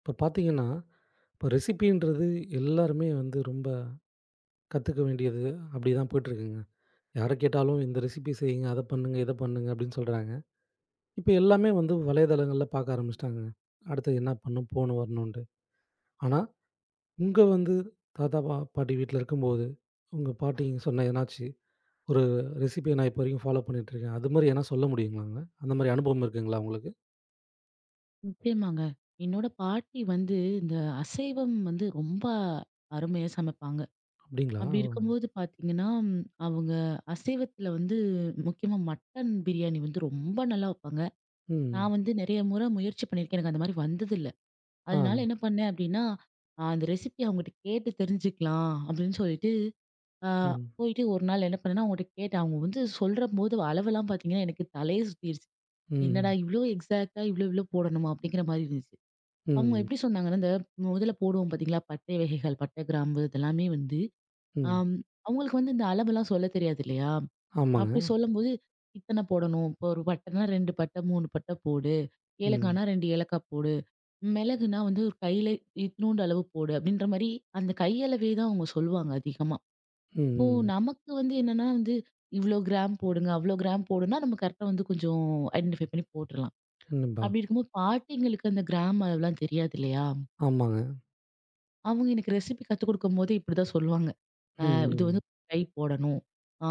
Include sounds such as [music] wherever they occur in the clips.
இப்போ பார்த்தீங்கன்னா, இப்போ ரெசிபின்றது எல்லாருமே வந்து ரொம்ப கத்துக்க வேண்டியது அப்படி தான் போயிட்டுருக்குங்க. யார கேட்டாலும் இந்த ரெசிபி செய்யுங்க, அத பண்ணுங்க, இத பண்ணுங்க அப்படின்னு சொல்றாங்க. இப்ப எல்லாமே வந்து வலைதளங்கள்ல பார்க்க ஆரம்பிச்சுட்டாங்கங்க. அடுத்தது என்ன பண்ணும், போணும், வரணுன்ட்டு. ஆனா, உங்க வந்து தாத்தா, பாட்டி வீட்ல இருக்கும்போது, உங்க பாட்டிங்க சொன்ன எதனாச்சு, ஒரு ரெசிபிய நான் இப்போ வரைக்கும் ஃபாலோ பண்ணிட்டுருக்கேன். அது மாரி எதனா சொல்ல முடியுங்களாங்க? அந்த மாரி அனுபவம் இருக்குங்களா உங்களுக்கு? நிச்சயமாங்க. என்னோட பாட்டி வந்து இந்த அசைவம் வந்து ரொம்ப அருமையா சமைப்பாங்க. அப்படிங்களா? அப்படி ஓ! இருக்கும்போது பார்த்தீங்கன்னா, அவங்க அசைவத்தில வந்து முக்கியமா மட்டன் பிரியாணி வந்து ரொம்ப நல்லா வைப்பாங்க. ம். நான் வந்து நெறைய முறை முயற்சி பண்ணியிருக்கேன். எனக்கு அந்த மாரி வந்ததில்ல. ஆ. அதனால என்ன பண்ணேன் அப்படின்னா, அந்த ரெசிபி அவங்ககிட்ட கேட்டு தெரிஞ்சுக்கலாம் அப்படின்னு சொல்லிட்டு, அ ம். போயிட்டு ஒரு நாள் என்ன பண்ணேன்னா, அவங்ககிட்ட கேட்டேன். அவங்க வந்து சொல்றபோது அளவெல்லாம் பார்த்தீங்கன்னா, எனக்கு தலையே சுத்திருச்சு. என்னடா ம். இவ்ளோ எக்ஸாக்ட்டா இவ்ளோ இவ்ளோ போடணுமா? அப்படிங்கிற மாரி இருந்துச்சு. அவங்க ம். எப்படி சொன்னாங்கன்னா, இந்த முதல்ல போடுவோம் பார்த்தீங்களா? பட்டை வகைகள், பட்டை, கிராம்பு இதெல்லாமே வந்து ம். ஆம் அவங்களுக்கு வந்து இந்த அளவெல்லாம் சொல்லத் தெரியாது இல்லையா? அப்படி ஆமாங்க. சொல்லும்போது, இத்தனை போடணும். இப்போ ஒரு பட்டைன்னா 2 பட்டை, 3 பட்டை போடு. ம். ஏலக்காய்னா 2 ஏலக்காய் போடு. மிளகுனா வந்து ஒரு கையில இத்துணூண்டு அளவு போடு. அப்படின்ற மாரி அந்த கையளவே தான் அவங்க சொல்லுவாங்க அதிகமா. ம், அப்போ ம். நமக்கு வந்து என்னன்னா வந்து, இவ்வளோ கிராம் போடுங்க, அவ்வளோ கிராம் போடுன்னா நம்ம கரெக்ட்டா வந்து கொஞ்சம் ஐடென்டிஃபை பண்ணி போட்டுறலாம். கண்டிப்பா. அப்படி இருக்கும்போது பாட்டிங்களுக்கு அந்த கிராம் அளவுலாம் தெரியாது இல்லையா? ஆமாங்க. அவங்க எனக்கு ரெசிபி கத்துக் குடுக்கும்போது இப்படிதான் சொல்லுவாங்க. ம், இது ம். வந்து ஒரு கை போடணும். ஆ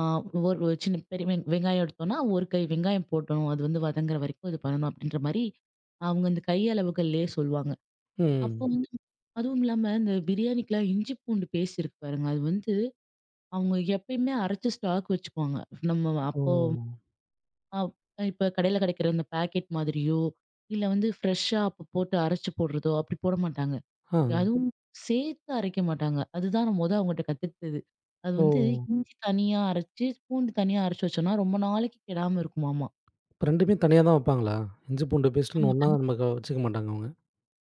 ஒரு ஒரு சின்ன பெரிய வெங்காயம் எடுத்தோம்னா, ஒரு கை வெங்காயம் போடணும். அது வந்து வதங்குற வரைக்கும் இது பண்ணணும் அப்படின்ற மாரி, அவங்க இந்த கை அளவுகள்லயே சொல்லுவாங்க. அப்போ ம். வந்து அதுவும் இல்லாம இந்த பிரியாணிக்குலாம் இஞ்சி பூண்டு பேஸ்ட் இருக்கு பாருங்க. அது வந்து அவங்க எப்பயுமே அரைச்சு ஸ்டாக் வச்சுக்குவாங்க. நம்ம ஓ! அப்போ அப் இப்ப கடையில கிடைக்கிற அந்த பாக்கெட் மாதிரியோ, இல்ல வந்து ஃப்ரெஷ்ஷா அப்ப போட்டு அரைச்சு போடுறதோ அப்படி போட மாட்டாங்க. ஆ. அதுவும் சேர்த்து அரைக்க மாட்டாங்க. அதுதான் நான் மொத அவங்கட்ட கத்துக்கிட்டது. அது ஓ! வந்து இஞ்சி தனியா அரைச்சு, பூண்டு தனியா அரைச்சு வச்சோம்னா, ரொம்ப நாளைக்கு கெடாம இருக்குமாமா. இப்ப 2மே தனியா தான் வப்பாங்களா? இஞ்சி பூண்டு பேஸ்ட்டுன்னு ஆமா. ஒண்ணா தனி நமக்கு வச்சுக்க மாட்டாங்க அவங்க.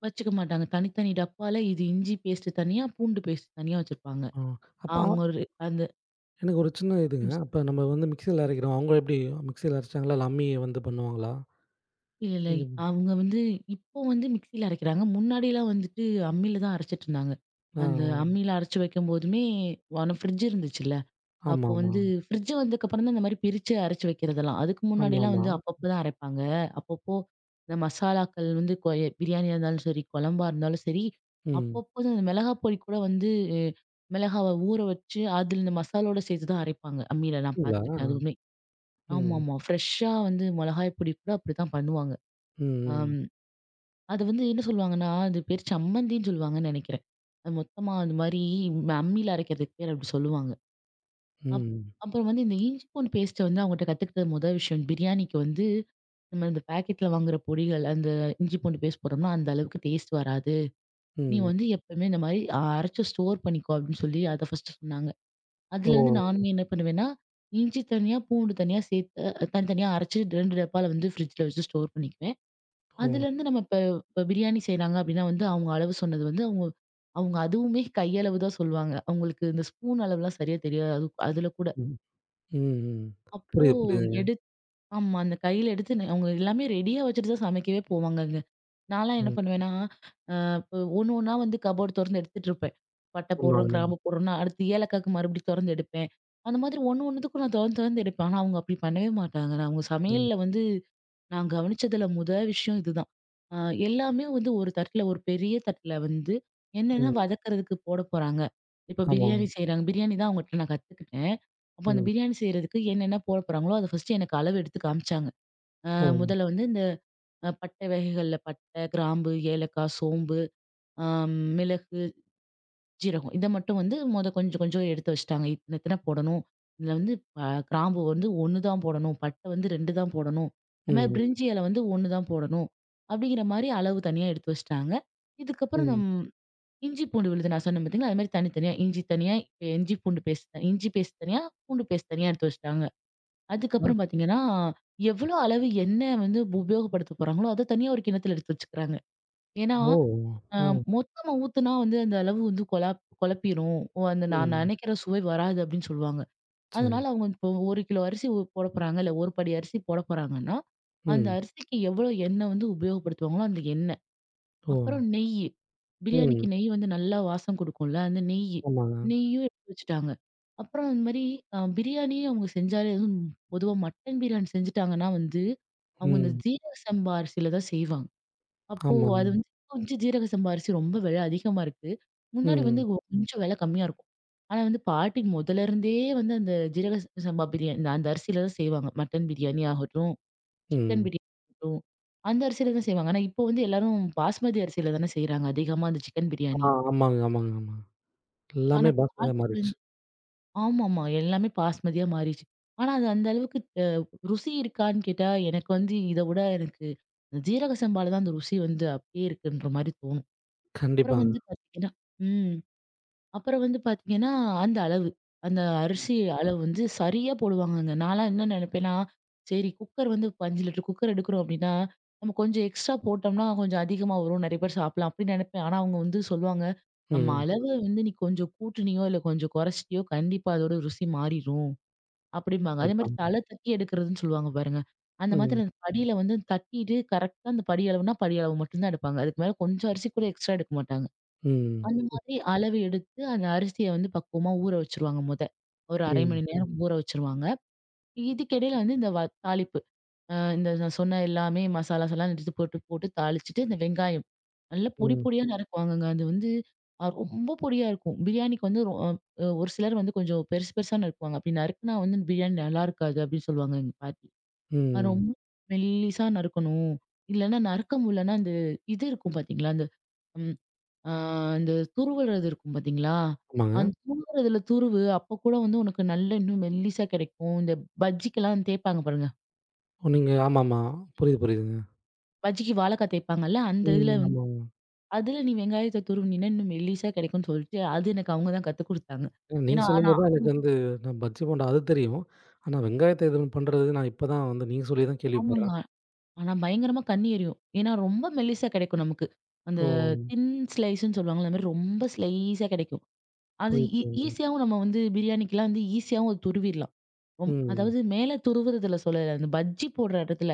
வச்சுக்க மாட்டாங்க. தனித்தனி டப்பால இது இஞ்சி பேஸ்ட் தனியா, பூண்டு பேஸ்ட் தனியா வச்சிருப்பாங்க. ஆ. அப்ப அ அவங்க ஒரு அந்த எனக்கு ஒரு சின்ன ம். இதுங்க. அப்ப நம்ம வந்து மிக்ஸில அரைக்கிறோம். அவங்க எப்படி மிக்ஸில அரைச்சாங்களா? இல்ல அம்மிய வந்து பண்ணுவாங்களா? இல்ல, இல்ல. ம். அவங்க வந்து இப்போ வந்து மிக்ஸில அரைக்கிறாங்க. முன்னாடிலாம் வந்துட்டு அம்மில தான் அரைச்சுட்டு இருந்தாங்க. அந்த ஆ. அம்மில அரைச்சு வைக்கும்போதுமே, ஃப்ரிட்ஜ் இருந்துச்சுல்ல. அப்போ ஆமாமா. வந்து ஃப்ரிட்ஜ் வந்ததுக்கப்புறம் தான் இந்த மாதிரி பிரிச்சு அரைச்சு வைக்கிறதெல்லாம். அதுக்கு முன்னாடிலாம் ஆமாமா. வந்து அப்பப்பதான் அரைப்பாங்க. அப்பப்போ இந்த மசாலாக்கள் வந்து பிரியாணியா இருந்தாலும் சரி, குழம்பா இருந்தாலும் சரி, ம். அப்பப்போ அந்த மிளகாய் பொடி கூட வந்து அ மிளகாவ ஊற வச்சு, அதில இந்த மசாலோட சேர்த்து தான் அரைப்பாங்க. அம்மில நான் அப்படிங்களா? பார்த்துருக்கேன். அதுவுமே. ம். ஆமாமா. ஃப்ரெஷ்ஷா வந்து மிளகாய் பொடி கூட அப்படித்தான் பண்ணுவாங்க. ம். அம் அது வந்து என்ன சொல்லுவாங்கன்னா, அது பேர் சம்மந்தின்னு சொல்லுவாங்கன்னு நினைக்கிறேன். அது மொத்தமா அந்த மாரி அம்மில அரைக்கிறதுக்கு பேர் அப்படி சொல்லுவாங்க. அப் ம். அப்புறம் வந்து இந்த இஞ்சி பூண்டு பேஸ்ட்ட வந்து அவங்கட்ட கத்துக்கிட்ட முதல் விஷயம். பிரியாணிக்கு வந்து நம்ம இந்த பாக்கெட்ல வாங்குற பொடிகள், அந்த இஞ்சி பூண்டு பேஸ்ட் போட்டோம்னா, அந்த அளவுக்கு டேஸ்ட் வராது. நீ ம். வந்து எப்பவுமே இந்த மாரி அரைச்சு ஸ்டோர் பண்ணிக்கோ அப்படின்னு சொல்லி அத ஃபர்ஸ்ட்டு சொன்னாங்க. ஓ! அதுலேருந்து நானுமே என்ன பண்ணுவேன்னா, இஞ்சி தனியா, பூண்டு தனியா சேர்த்து தனித்தனியா அரைச்சு 2 டப்பால வந்து ஃப்ரிட்ஜ்ல வச்சு ஸ்டோர் பண்ணிக்குவேன். ஓ! அதுலேருந்து நம்ம இப்ப இப்ப பிரியாணி செய்றாங்க அப்படின்னா வந்து அவங்க அளவு சொன்னது வந்து அவங்க அவங்க அதுவுமே கையளவு தான் சொல்லுவாங்க. அவங்களுக்கு இந்த ஸ்பூன் அளவுலாம் சரியா தெரியாது. அது அதுல கூட. ம். ம். அப்போ புரியுது, புரியுதுங்க. எடு ஆமா. அந்த கையில எடுத்து அவங்க எல்லாமே ரெடியா வச்சுட்டு தான் சமைக்கவே போவாங்கங்க. நான்லாம் என்ன ம். பண்ணுவேன்னா, அ இப்ப ஒண்ணு ஒண்ணா வந்து கபோர்டு தொறந்து எடுத்துட்டு இருப்பேன். பட்டை போடுறோம், ஆமாங்க. கிராம்பு போடுறோம்னா, அடுத்து ஏலக்காய்க்கு மறுபடியும் தொறந்து எடுப்பேன். அந்த மாதிரி ஒண்ணு ஒண்ணுத்துக்கும் நான் தொறந்து தொறந்து எடுப்பேன். ஆனா, அவங்க அப்படி பண்ணவே மாட்டாங்க. நான் அவங்க ம். சமையல்ல வந்து நான் கவனிச்சதுல முத விஷயம் இதுதான். அ எல்லாமே வந்து ஒரு தட்டுல ஒரு பெரிய தட்டுல வந்து என்னென்ன ம். வதக்குறதுக்கு போட போறாங்க. இப்ப ஆமாங்க. பிரியாணி செய்றாங்க. பிரியாணி தான் அவங்கட்ட நான் கத்துக்கிட்டேன். அப்ப அந்த ம். பிரியாணி செய்றதுக்கு என்னென்ன போட போறாங்களோ, அத ஃபர்ஸ்ட்டு எனக்கு அளவு எடுத்து காமிச்சாங்க. அ ஓ! முதல்ல வந்து இந்த பட்டை வகைகள்ல பட்டை, கிராம்பு, ஏலக்காய், சோம்பு, மிளகு, ஜீரகம் இத மட்டும் வந்து மொத கொஞ்சம் கொஞ்சம் எடுத்து வச்சுட்டாங்க. இத்தன இத்தன போடணும். இதுல வந்து கிராம்பு வந்து 1 தான் போடணும். பட்டை வந்து 2 தான் போடணும். அது மாரி ம். பிரிஞ்சி இலை வந்து 1 தான் போடணும். அப்படிங்கிற மாரி அளவு தனியா எடுத்து வச்சுட்டாங்க. இதுக்கப்புறம் ம். இஞ்சி பூண்டு விழுது நான் சொன்னேன் பார்த்தீங்களா? அது மாரி தனித்தனியா இஞ்சி தனியா, இஞ்சி பூண்டு பேஸ்ட் இஞ்சி பேஸ்ட் தனியா, பூண்டு பேஸ்ட் தனியா எடுத்து வச்சுட்டாங்க. அ அதுக்கப்புறம் பார்த்தீங்கன்னா, எவ்வளோ அளவு எண்ணெய் வந்து உபயோகப்படுத்த போறாங்களோ, அத தனியா ஒரு கிண்ணத்துல எடுத்து வச்சுக்கிறாங்க. ஏன்னா, ஓ! அ ஆ. மொத்தமா ஊத்துனா வந்து அந்த அளவு வந்து கொழப்பிரும். ஓ அந்த நான் ம். நெனைக்கிற சுவை வராது அப்படின்னு சொல்லுவாங்க. சரி. அதனால அவங்க இப்போ 1 கிலோ அரிசி போட போறாங்க, இல்ல 1 படி அரிசி போட போறாங்கன்னா, அந்த ம். அரிசிக்கு எவ்வளோ எண்ணெய் வந்து உபயோகப்படுத்துவாங்களோ, அந்த எண்ணெய் ஓ! அப்புறம் நெய்யி. பிரியாணிக்கு ம். நெய் வந்து நல்லா வாசம் குடுக்கும்ல. அந்த நெய்யி. ஆமாங்க. நெய்யும் எடுத்து வச்சுட்டாங்க. அப்புறம் அந்த மாரி பிரியாணியே அவங்க செஞ்சாலே அதுவும் பொதுவா மட்டன் பிரியாணி செஞ்சுட்டாங்கன்னா வந்து, அவங்க இந்த ம். ஜீரக சம்பா அரிசியில தான் செய்வாங்க. அப்போ ஆமாங்க. அது வந்து கொஞ்சம் ஜீரக சம்பா அரிசி ரொம்ப விலை அதிகமா இருக்கு. முன்னாடி ம். வந்து கொஞ்சம் விலை கம்மியா இருக்கும். ஆனா வந்து பாட்டி முதல்ல இருந்தே வந்து அந்த ஜீரக சம்பா பிரியாணி அந்த அரிசியில தான் செய்வாங்க. மட்டன் பிரியாணி ஆகட்டும். சிக்கன் ம். பிரியாணி ஆகட்டும், அந்த அரிசியில தான் செய்வாங்க. ஆனா இப்போ வந்து எல்லாரும் பாஸ்மதி அரிசியில தானே செய்றாங்க அதிகமா அந்த சிக்கன் பிரியாணி. ஆமாங்க, ஆமாங்க, ஆமாங்க. ஆனா எல்லாமே பாஸ்மதியா பாட்டி மாறிடுச்சு. வந்து ஆமாமா. எல்லாமே பாஸ்மதியா மாறிருச்சு. ஆனா அது அந்த அளவுக்கு ருசி இருக்கான்னு கேட்டா, எனக்கு வந்து இத விட எனக்கு ஜீரக சம்பால தான் அந்த ருசி வந்து அப்படியே இருக்குன்ற மாரி தோணும். அப்புறம் கண்டிப்பாங்க. வந்து பார்த்தீங்கன்னா ம். அப்புறம் வந்து பாத்தீங்கன்னா, அந்த அளவு. அந்த அரிசி அளவு வந்து சரியா போடுவாங்கங்க. நான்லாம் என்ன நெனப்பேன்னா, சரி குக்கர் வந்து இப்ப 5 லிட்டர் குக்கர் எடுக்கிறோம் அப்டின்னா, நம்ம கொஞ்சம் எக்ஸ்ட்ரா போட்டோம்னா, கொஞ்சம் அதிகமா வரும். நெறைய பேர் சாப்பிடலாம் அப்டின்னு நெனப்பேன். ஆனா அவங்க வந்து சொல்லுவாங்க, "நம்ம ம். அளவு வந்து நீ கொஞ்சம் கூட்டுனியோ, இல்ல கொஞ்சம் கொறச்சிட்டியோ, கண்டிப்பா அதோட ருசி மாறிரும்." அப்டிம்பாங்க. அதே கண்டிப்பா. மாரி தல தட்டி எடுக்கிறதுன்னு சொல்லுவாங்க பாருங்க. அந்த ம். மாதிரி அந்த படியில வந்து தட்டிட்டு கரெக்ட்டா அந்த படி அளவுனா, படி அளவு மட்டும் தான் எடுப்பாங்க. அதுக்கு மேல கொஞ்சம் அரிசி கூட எக்ஸ்ட்ரா எடுக்க மாட்டாங்க. ம். அந்த மாதிரி அளவு எடுத்து அந்த அரிசிய வந்து பக்குவமா ஊற வச்சுருவாங்க மொத. ஒரு 1/2 ம். மணி நேரம் ம். ஊற வச்சுருவாங்க. இதுக்கிடையில வந்து இந்த தாளிப்பு. இந்த நான் சொன்ன எல்லாமே மசாலாஸ்லாம் எடுத்து போட்டு போட்டு தாளிச்சுட்டு, இந்த வெங்காயம் நல்லா பொடி ம். பொடியா நறுக்குவாங்கங்க. அது வந்து ரொம்ப பொடியா இருக்கும். பிரியாணிக்கு வந்து ரொ அ ஒரு சிலர் வந்து கொஞ்சம் பெருசு பெருசா நறுக்குவாங்க. அப்படி நறுக்குனா வந்து பிரியாணி நல்லா இருக்காது அப்படின்னு சொல்லுவாங்க எங்க பாட்டி. ம். ரொம்ப மெல்லிசா நறுக்கணும். இல்லன்னா நறுக்க முடியலன்னா, அந்த இது இருக்கும் பார்த்தீங்களா? அந்த ம் ஆ அந்த துருவுறது இருக்கும் பார்த்தீங்களா? ஆமாங்க. அந்த துருவுறதுல துருவு, அப்ப கூட வந்து உனக்கு நல்ல இன்னும் மெல்லிசா கிடைக்கும். இந்த பஜ்ஜிக்கெல்லாம் தேய்ப்பாங்க பாருங்க. நீங்க ஆமாமா. புரியுது, புரியுதுங்க. பஜ்ஜிக்கு வாழைக்காய் தேய்ப்பாங்கல்ல, அந்த இதுல ம். வந்து ஆமாங்க. அதுல நீ வெங்காயத்த துருவுனீன்னா இன்னும் மெல்லிசா கிடைக்கும்னு சொல்லிட்டு, அது எனக்கு அவங்க தான் கத்துக் குடுத்தாங்க. ம். நீங்க ஏன்னா ஆனா சொல்லும்போது தான் எனக்கு வந்து நான் பஜ்ஜி போண்டா அது தெரியும். ஆனா வெங்காயத்த இது பண்றது நான் இப்ப தான் வந்து நீங்க சொல்லி தான் ஆமாங்க. கேள்விப்படுறேன். ஆனா பயங்கரமா கண்ணு எரியும். ஏன்னா ரொம்ப மெல்லிசா கிடைக்கும் நமக்கு. அந்த ஓ! தின் ஸ்லைஸ்ன்னு சொல்லுவாங்கல்ல, அந்த மாரி ரொம்ப ஸ்லைஸா கிடைக்கும். அது புரியுது, புரியுதுங்க. ஈஸியாவும் நம்ம வந்து பிரியாணிக்கெல்லாம் வந்து ஈஸியாவும் அது துருவிடலாம். ம், அதாவது மேல துருவுறதுல சொல்லல. அந்த பஜ்ஜி போடுற இடத்துல,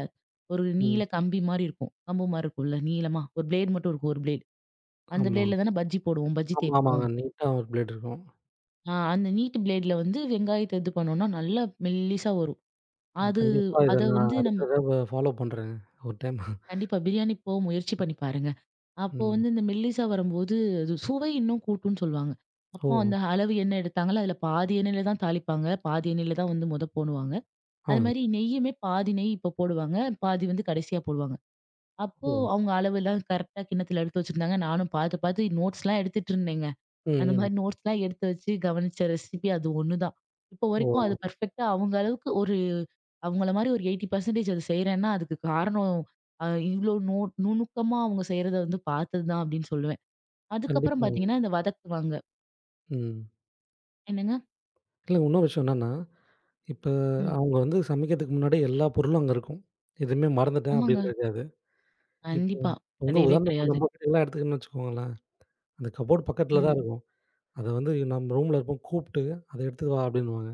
ஒரு நீள ம். கம்பி மாரி இருக்கும். கம்பு மாரி இருக்கும்ல நீளமா. ஒரு பிளேடு மட்டும் இருக்கும். ஒரு பிளேடு. அந்த ஆமா. பிளேடுல தானே பஜ்ஜி போடுவோம். பஜ்ஜி ஆமா, ஆமாங்க. தேய்ப்போம். நீட்டா ஒரு பிளேட் இருக்கும். அந்த நீட்டு பிளேடுல வந்து வெங்காயத்த இது பண்ணோம்னா, நல்லா மெல்லிசா வரும். ம், அது கண்டிப்பா இத அத நான் வந்து அடுத்த நம்ம தடவ ஃபாலோ பண்றேங்க. ஒரு டைம் கண்டிப்பா பிரியாணி போக முயற்சி பண்ணி பாருங்க. அப்போ ம். வந்து இந்த மெல்லிசா வரும்போது, அது சுவை இன்னும் கூட்டும்ன்னு சொல்லுவாங்க. அப்போ ஓ! அந்த அளவு எண்ணெய் எடுத்தாங்களோ, அதுல பாதி எண்ணெயில தான் தாளிப்பாங்க. பாதி எண்ணெயில தான் வந்து மொத போடுவாங்க. ஆ. அது மாரி நெய்யுமே பாதி நெய் இப்ப போடுவாங்க. பாதி வந்து கடைசியா போடுவாங்க. அப்போ ஓ! அவங்க அளவெல்லாம் கரெக்ட்டா கிண்ணத்துல எடுத்து வச்சிருந்தாங்க. நானும் பாத்து, பாத்து நோட்ஸ்லாம் எடுத்துட்டு இருந்தேங்க. ம், அந்த ம். மாரி நோட்ஸ்லாம் எடுத்து வச்சு கவனிச்ச ரெசிபி அது ஒண்ணு தான். இப்போ ஓ! வரைக்கும் அது பெர்ஃபெக்ட்டா அவங்க அளவுக்கு ஒரு அவங்கள மாரி ஒரு 80% அது செய்றேன்னா, அதுக்கு காரணம் இவ்ளோ நுணுக்கமா அவங்க செய்றத வந்து பாத்தது தான் அப்படின்னு சொல்லுவேன். அதுக்கப்புறம் கண்டிப்பாங்க. பாத்தீங்கன்னா, இந்த வதக்குவாங்க. ம். என்னங்க? இல்ல இன்னொரு விஷயம் என்னன்னா, இப்ப ம். அவங்க வந்து சமைக்கிறதுக்கு முன்னாடி எல்லா பொருளும் அங்க இருக்கும். எதுவுமே மறந்துட்டேன் ஆமாங்க. அப்படின்னு இருக்காது. இப்போ கண்டிப்பா. இப்போ வந்து கிடையவே உதாரணத்துக்கு கிடையாது. நம்ம கிட்ட எல்லாம் எடுத்துக்கணும்னு வச்சுக்கோங்களேன். அந்த கபோர்ட் பக்கத்தில ம். தான் இருக்கும். அத வந்து நம்ம ரூம்ல இருப்போம். கூப்பிட்டு அத எடுத்துட்டு வா அப்டின்னுவாங்க.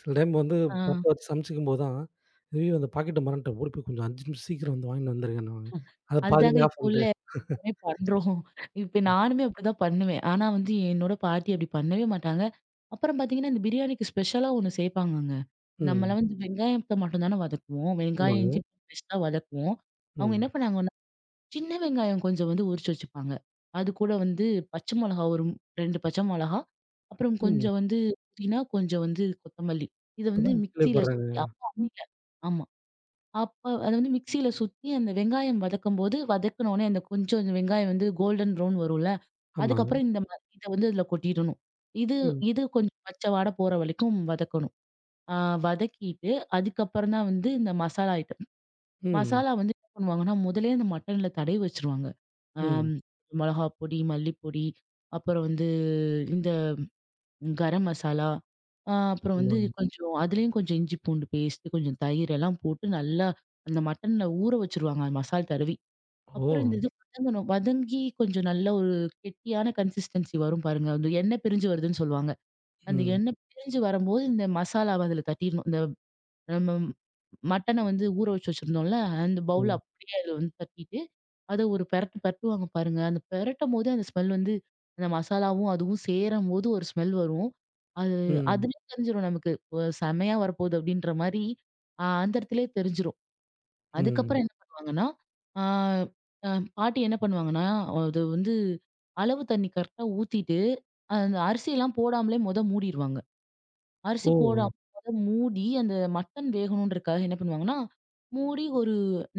சில டைம் வந்து ஆ. பத்த வச்சு சமைச்சுக்கும்போது தான், ஐயயோ! அந்த பாக்கெட்ட மறந்துட்டேன். ஓடி போய் கொஞ்சம் 5 நிமிஷம் சீக்கிரம் வந்து வாங்கிட்டு வந்துருங்கன்னுவாங்க. அத அதுதாங்க பாதியிலே ஆஃப் இப்போ உள்ள பண்ட்டு எல்லாருமே பண்றோம். இப்ப நானுமே அப்படிதான் பண்ணுவேன். ஆனா வந்து என்னோட பாட்டி அப்படி பண்ணவே மாட்டாங்க. அப்புறம் பார்த்தீங்கன்னா, இந்த பிரியாணிக்கு ஸ்பெஷலா ஒண்ணு சேர்ப்பாங்கங்க. ம். நம்மலாம் வந்து வெங்காயத்த மட்டும் தானே வதக்குவோம். வெங்காயம், ஆமாங்க. இஞ்சி பூண்டு பேஸ்ட் தான் வதக்குவோம். அவங்க ம். என்ன பண்ணாங்கன்னா, சின்ன வெங்காயம் கொஞ்சம் வந்து உரிச்சு வச்சுப்பாங்க. அது கூட வந்து பச்சை மொளகா ஒரு 2 பச்சை மொளகா, அப்புறம் ம். கொஞ்சம் வந்து புதினா, கொஞ்சம் வந்து கொத்தமல்லி. இத வந்து இப்பதான் மிக்ஸியில சுத்தி கேள்விப்படுறேங்க. அப்ப அம்மில. ஆமா. அப்ப அத வந்து மிக்ஸியில சுத்தி அந்த வெங்காயம் வதக்கும்போது, வதக்குன உடனே அந்த கொஞ்சம் அந்த வெங்காயம் வந்து கோல்டன் ப்ரவுன் வரும்ல. ஆமாங்க. அதுக்கப்புறம் இந்த இத வந்து இதுல கொட்டிடணும். இது ம். இது கொஞ்சம் பச்சை வாட போற வரைக்கும் வதக்கணும். ஆ வதக்கிட்டு, அதுக்கப்புறம் தான் வந்து இந்த மசாலா ஐட்டம். ம். மசாலா வந்து என்ன பண்ணுவாங்கன்னா, முதலே அந்த மட்டன்ல தடவி வச்சுருவாங்க. ஆ ம். மிளகா பொடி, மல்லி பொடி, அப்புறம் வந்து இந்த கரம் மசாலா. அப்புறம் வந்து ஆமாங்க. கொஞ்சம் அதுலயும் கொஞ்சம் இஞ்சி பூண்டு பேஸ்ட்டு, கொஞ்சம் தயிர் எல்லாம் போட்டு நல்லா அந்த மட்டன்ல ஊற வச்சுருவாங்க மசால் தடவி. ஓ! அப்புறம் இந்த இது வதங்கணும். வதங்கி கொஞ்சம் நல்ல ஒரு கெட்டியான கன்சிஸ்டன்சி வரும் பாருங்க. அந்த எண்ணெய் பிரிஞ்சு வருதுன்னு சொல்லுவாங்க. அந்த ம். எண்ணெய் பிரிஞ்சு வரும்போது இந்த மசாலாவ அதுல தட்டிடணும். இந்த நம்ம மட்டன வந்து ஊற வச்சு வச்சிருந்தோம்ல, அந்த பவுல் ம். அப்படியே அதுல வந்து தட்டிட்டு, அத ஒரு பெரட்டு பெரட்டுவாங்க பாருங்க. அந்த பெரட்டும்போதே அந்த ஸ்மெல் வந்து அந்த மசாலாவும் அதுவும் சேரும்போது ஒரு ஸ்மெல் வரும். அது ம். அதுலயே தெரிஞ்சிரும் நமக்கு, "ஓ! செமையா வரப்போகுது" அப்படின்ற மாரி அந்த இடத்துலயே தெரிஞ்சிரும். ம். அதுக்கப்புறம் என்ன பண்ணுவாங்கன்னா, ஆ அ பாட்டி என்ன பண்ணுவாங்கன்னா, அது வந்து அளவு தண்ணி கரெக்ட்டா ஊத்திட்டு, அந்த அரிசிலாம் போடாமலே மொத மூடிருவாங்க. அரிசி ஓ! போடாம மொத மூடி அந்த மட்டன் வேகணுன்றதுக்காக என்ன பண்ணுவாங்கன்னா, மூடி ஒரு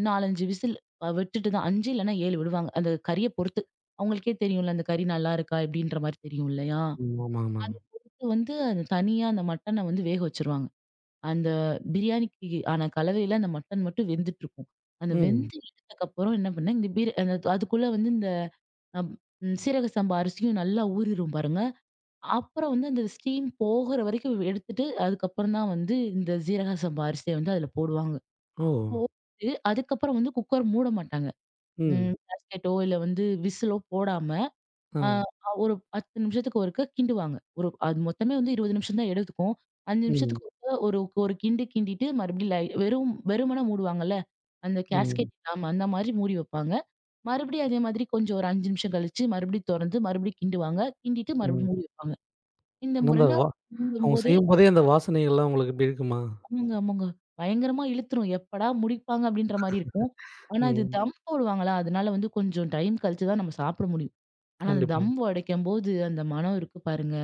4, 5 விசில் விட்டுட்டு தான் 5 இல்லன்னா 7 விடுவாங்க. அந்த கறிய பொறுத்து. அவங்களுக்கே தெரியும்ல அந்த கறி நல்லா இருக்கா? எப்படின்ற மாரி தெரியும் இல்லையா? ம். ஆமா, அத ஆமாங்க. பொறுத்து வந்து அது தனியா அந்த மட்டன வந்து வேக வச்சுருவாங்க. அந்த பிரியாணிக்கு ஆன கலவையில அந்த மட்டன் மட்டும் வெந்துட்டு இருக்கும். அந்த ம். வெந்து எடுத்ததுக்கப்புறம் என்ன பண்ணேன், இந்த பீர அந்த அதுக்குள்ள வந்து இந்த அம் ம் சீரக சம்பா அரிசியும் நல்லா ஊறிரும் பாருங்க. அப்புறம் வந்து அந்த ஸ்டீம் போகுற வரைக்கும் எடுத்துட்டு, அதுக்கப்புறம் தான் வந்து இந்த சீரக சம்பா அரிசிய வந்து அதில போடுவாங்க. ஓ! இது அதுக்கப்புறம் வந்து குக்கர் மூட மாட்டாங்க. ம். ம் காஸ்கெட்டோ இல்ல வந்து விசிலோ போடாம, ஆ. அ ஒரு 10 நிமிஷத்துக்கு ஒருக்கா கிண்டுவாங்க. ஒரு அது மொத்தமே வந்து 20 நிமிஷம் தான் எடுத்துக்கும். 5 ம். நிமிஷத்துக்கு ஒருக்கா ஒரு ஒரு கிண்டு கிண்டிட்டு மறுபடியும் வெறும் வெறுமனே மூடுவாங்கல்ல. அந்த ம். கேஸ்கெட் இல்லாம அந்த மாரி மூடி வைப்பாங்க. மறுபடியும் அதே மாதிரி கொஞ்சம் ஒரு 5 நிமிஷம் கழிச்சு மறுபடியும் தொறந்து மறுபடியும் கிண்டுவாங்க. கிண்டிட்டு ம். மறுபடியும் மூடி வைப்பாங்க. இந்த ஆனா அந்த வா 2வது அவங்க போதே செய்யும்போதே அந்த வாசனைகள்லாம் உங்களுக்கு எப்படி இருக்குமா? ஆமாங்க, ஆமாங்க. பயங்கரமா இழுத்துரும். எப்படா முடிப்பாங்க அப்படின்ற மாரி இருக்கும். ஆனா இது ம். தம் போடுவாங்களா, அதனால வந்து கொஞ்சம் டைம் கழிச்சு தான் நம்ம சாப்பிட முடியும். ஆனா அந்த கண்டிப்பா. தம் உடைக்கும்போது அந்த மணம் இருக்கு பாருங்க.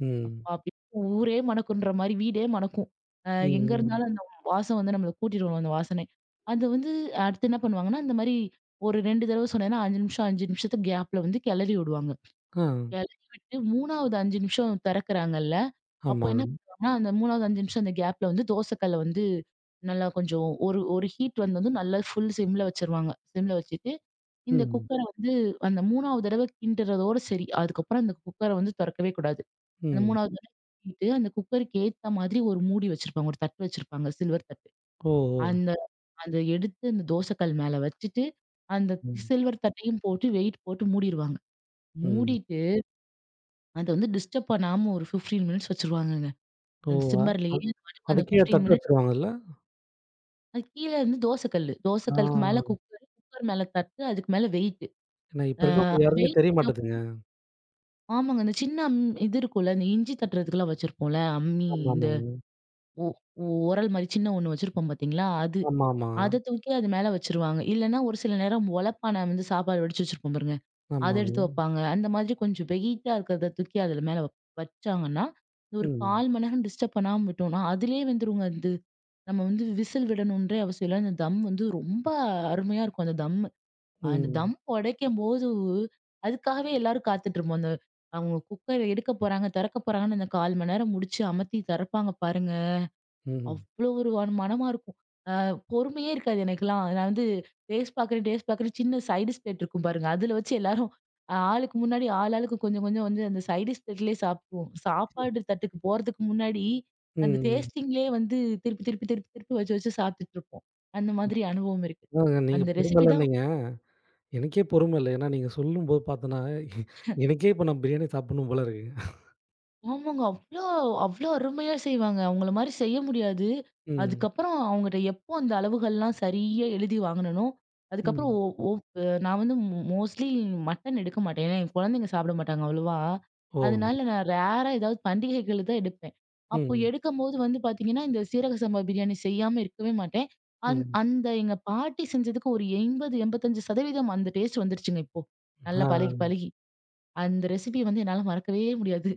ம். அப்பா! அப்படி ஊரே மணக்குன்ற மாரி வீடே மணக்கும். அ ம். எங்க ம். இருந்தாலும் அந்த வாசம் வந்து நம்மள கூட்டிட்டு வரும் அந்த வாசனை. அது வந்து அடுத்து என்ன பண்ணுவாங்கன்னா, இந்த மாரி ஒரு 2 தடவ சொன்னேன்னா 5 நிமிஷம் 5 நிமிஷத்து கேப்ல வந்து கிளறி விடுவாங்க. ஆ. கெளறி விட்டு 3வது 5 நிமிஷம் தெறக்குறாங்கல்ல. அப்போ ஆமா. என்ன பண்ணுவாங்கன்னா, அந்த 3வது 5 நிமிஷம் அந்த கேப்ல வந்து தோசக்கல்ல வந்து நல்லா கொஞ்சம் ஒரு ஒரு ஹீட் வந்ததும் நல்லா ஃபுல் சிம்ல வச்சுருவாங்க. சிம்ல வச்சுட்டு, இந்த ம். குக்கர வந்து அந்த 3வது தடவ கிண்டுறதோட சரி. அதுக்கப்புறம் அந்த குக்கர வந்து தொறக்கவே கூடாது. அந்த ம். 3வது தடவ கிண்டிட்டு, அந்த குக்கருக்கு ஏத்த மாதிரி ஒரு மூடி வச்சிருப்பாங்க. ஒரு தட்டு வச்சிருப்பாங்க. சில்வர் தட்டு. ஓ! ஓ! அந்த அத எடுத்து அந்த தோசக்கல் மேல வச்சுட்டு, அந்த ம். சில்வர் தட்டையும் போட்டு வெயிட் போட்டு மூடிருவாங்க. ம். மூடிட்டு அது வந்து டிஸ்டர்ப் பண்ணாம ஒரு 15 மினிட்ஸ் வச்சுருவாங்கங்க. ஓ! அந்த அ சிம்மர்லயே அத் அது பாட்டுக்கு அது அந்த கீழ 15 தட்டு மினிட்ஸ் வச்சுருவாங்கல்ல? அது கீழ இருந்து தோசை கல்லு. தோசை ஆ. கல்லுக்கு மேல குக்கர், குக்கர் மேல தட்டு, அதுக்கு மேல வெயிட்டு. ஏன்னா இப்ப ஆ இருக்கவங்க யாருக்குமே வெயிட் தெரிய மாட்டேதுங்க. ஆமாங்க. அந்த சின்ன இது இருக்கும்ல, இந்த இஞ்சி தட்டுறதுக்குலாம் வச்சிருப்போம்ல, அம்மி இந்த ஆமாமாங்க. ஒ ஒரல் மாரி சின்ன ஒண்ணு வச்சிருப்போம் பார்த்தீங்களா? அது. ஆமாமா. அத தூக்கி அது மேல வச்சுருவாங்க. இல்லன்னா ஒரு சில நேரம் ஒலப்பான வந்து சாப்பாடு வடிச்சு வச்சிருப்போம் பாருங்க. அத ஆமா. எடுத்து வப்பாங்க. அந்த மாதிரி கொஞ்சம் வெயிட்டா இருக்கிறத தூக்கி அதுல மேல வச்சாங்கன்னா, இந்த ஒரு ம். 1/4 மணி நேரம் டிஸ்டர்ப் பண்ணாம விட்டோம்னா, அதிலேயே வெந்துருங்க அது. நம்ம வந்து விசில் விடணுன்றே அவசியம் இல்ல. அந்த தம் வந்து ரொம்ப அருமையா இருக்கும் அந்த தம்மு. அந்த ம். தம் உடைக்கும்போது, அதுக்காகவே எல்லாரும் காத்துட்டு இருப்போம். அந்த அவங்க குக்கர் எடுக்க போறாங்க, திறக்க போறாங்கன்னு அந்த 1/4 மணி நேரம் முடிச்சு அமத்தி திறப்பாங்க பாருங்க. ம். அவ்ளோ ஒரு அன் மனமா இருக்கும். அ பொறுமையே இருக்காது எனக்கெல்லாம். நான் வந்து டேஸ்ட் பார்க்குறேன், டேஸ்ட் பார்க்குறேன் சின்ன சைட் ஸ்ப்ளேட் இருக்கும் பாருங்க. அதில வச்சு எல்லாரும் ஆளுக்கு முன்னாடி ஆள் ஆளுக்கு கொஞ்சம் கொஞ்சம் வந்து அந்த சைட் ஸ்ப்ளேட்லயே சாப்பிடுவோம். சாப்பாடு தட்டுக்கு போறதுக்கு முன்னாடி அந்த ம். டேஸ்டிங்லயே வந்து திருப்பி திருப்பி திருப்பி திருப்பி வச்சு வச்சு சாப்பிட்டுட்டு இருப்போம். அந்த மாதிரி அனுபவம் இருக்கு. அதாங்க நீங்க அந்த ரெசிபி தான் பொறுமைலன்னீங்க. எனக்கே பொறுமை இல்ல. ஏன்னா நீங்க சொல்லும்போது பார்த்தோன்னா, எனக்கே இப்ப நான் பிரியாணி சாப்பிடணும் போல இருக்கு. ஆமாங்க. அவ்ளோ அவ்ளோ அருமையா செய்வாங்க. அவங்கள மாரி செய்ய முடியாது. ம். அதுக்கப்புறம் அவங்கட்ட எப்போ அந்த அளவுகள்லாம் சரியா எழுதி வாங்குனனோ, அதுக்கப்புறம் ம். ஒ ஒ அ நான் வந்து மோஸ்ட்லி மட்டன் எடுக்க மாட்டேன். ஏன்னா, என் குழந்தைங்க சாப்பிட மாட்டாங்க அவ்வளவா. ஓ! அதனால நான் ரேரா ஏதாவது பண்டிகைகள் தான் எடுப்பேன். அப்போ ம். எடுக்கும்போது வந்து பார்த்தீங்கன்னா, இந்த சீரக சம்பா பிரியாணி செய்யாம இருக்கவே மாட்டேன். ம். அந்த எங்க பாட்டி செஞ்சதுக்கு ஒரு 80, 85% அந்த டேஸ்ட் வந்துருச்சுங்க இப்போ. நல்லா பழகி, ஆ, பழகி. அந்த ரெசிபி வந்து என்னால மறக்கவே முடியாது.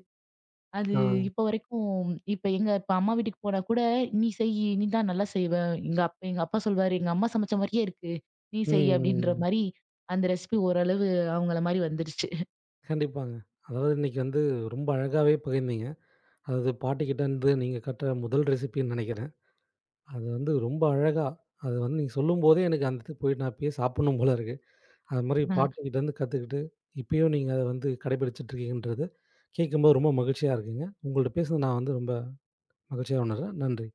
அது ஆ. இப்ப வரைக்கும் இப்ப எங்க இப்ப அம்மா வீட்டுக்கு போனா கூட, "நீ செய்யி. நீ தான் நல்லா செய்வ." எங்க எங்க அப்பா சொல்வாரு, "எங்க அம்மா சமைச்ச மாரியே இருக்கு. நீ ம், செய்." அப்படின்ற ம். மாரி அந்த ரெசிபி ஓரளவு அவங்கள மாரி வந்துருச்சு. கண்டிப்பாங்க. அதாவது இன்னைக்கு வந்து ரொம்ப அழகாவே பகிர்ந்தீங்க. அதாவது பாட்டிக்கிட்டேருந்து நீங்க கற்ற முதல் ரெசிபின்னு நெனைக்கிறேன். அது வந்து ரொம்ப அழகா, அது வந்து நீங்க சொல்லும்போதே எனக்கு அந்த இடத்துக்கு போய் நான் இப்பயே சாப்பிடணும் போல இருக்கு. அது மாரி [laughs] பாட்டிக்கிட்டேருந்து கத்துக்கிட்டு, இப்பயும் நீங்க அத வந்து கடைபிடிச்சுட்டு இருக்கீங்கன்றது கேட்கும்போது ரொம்ப மகிழ்ச்சியா இருக்குங்க. உங்கள்ட்ட பேசுனது நான் வந்து ரொம்ப மகிழ்ச்சியா உணர்றேன். நன்றி.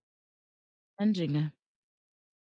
நன்றிங்க.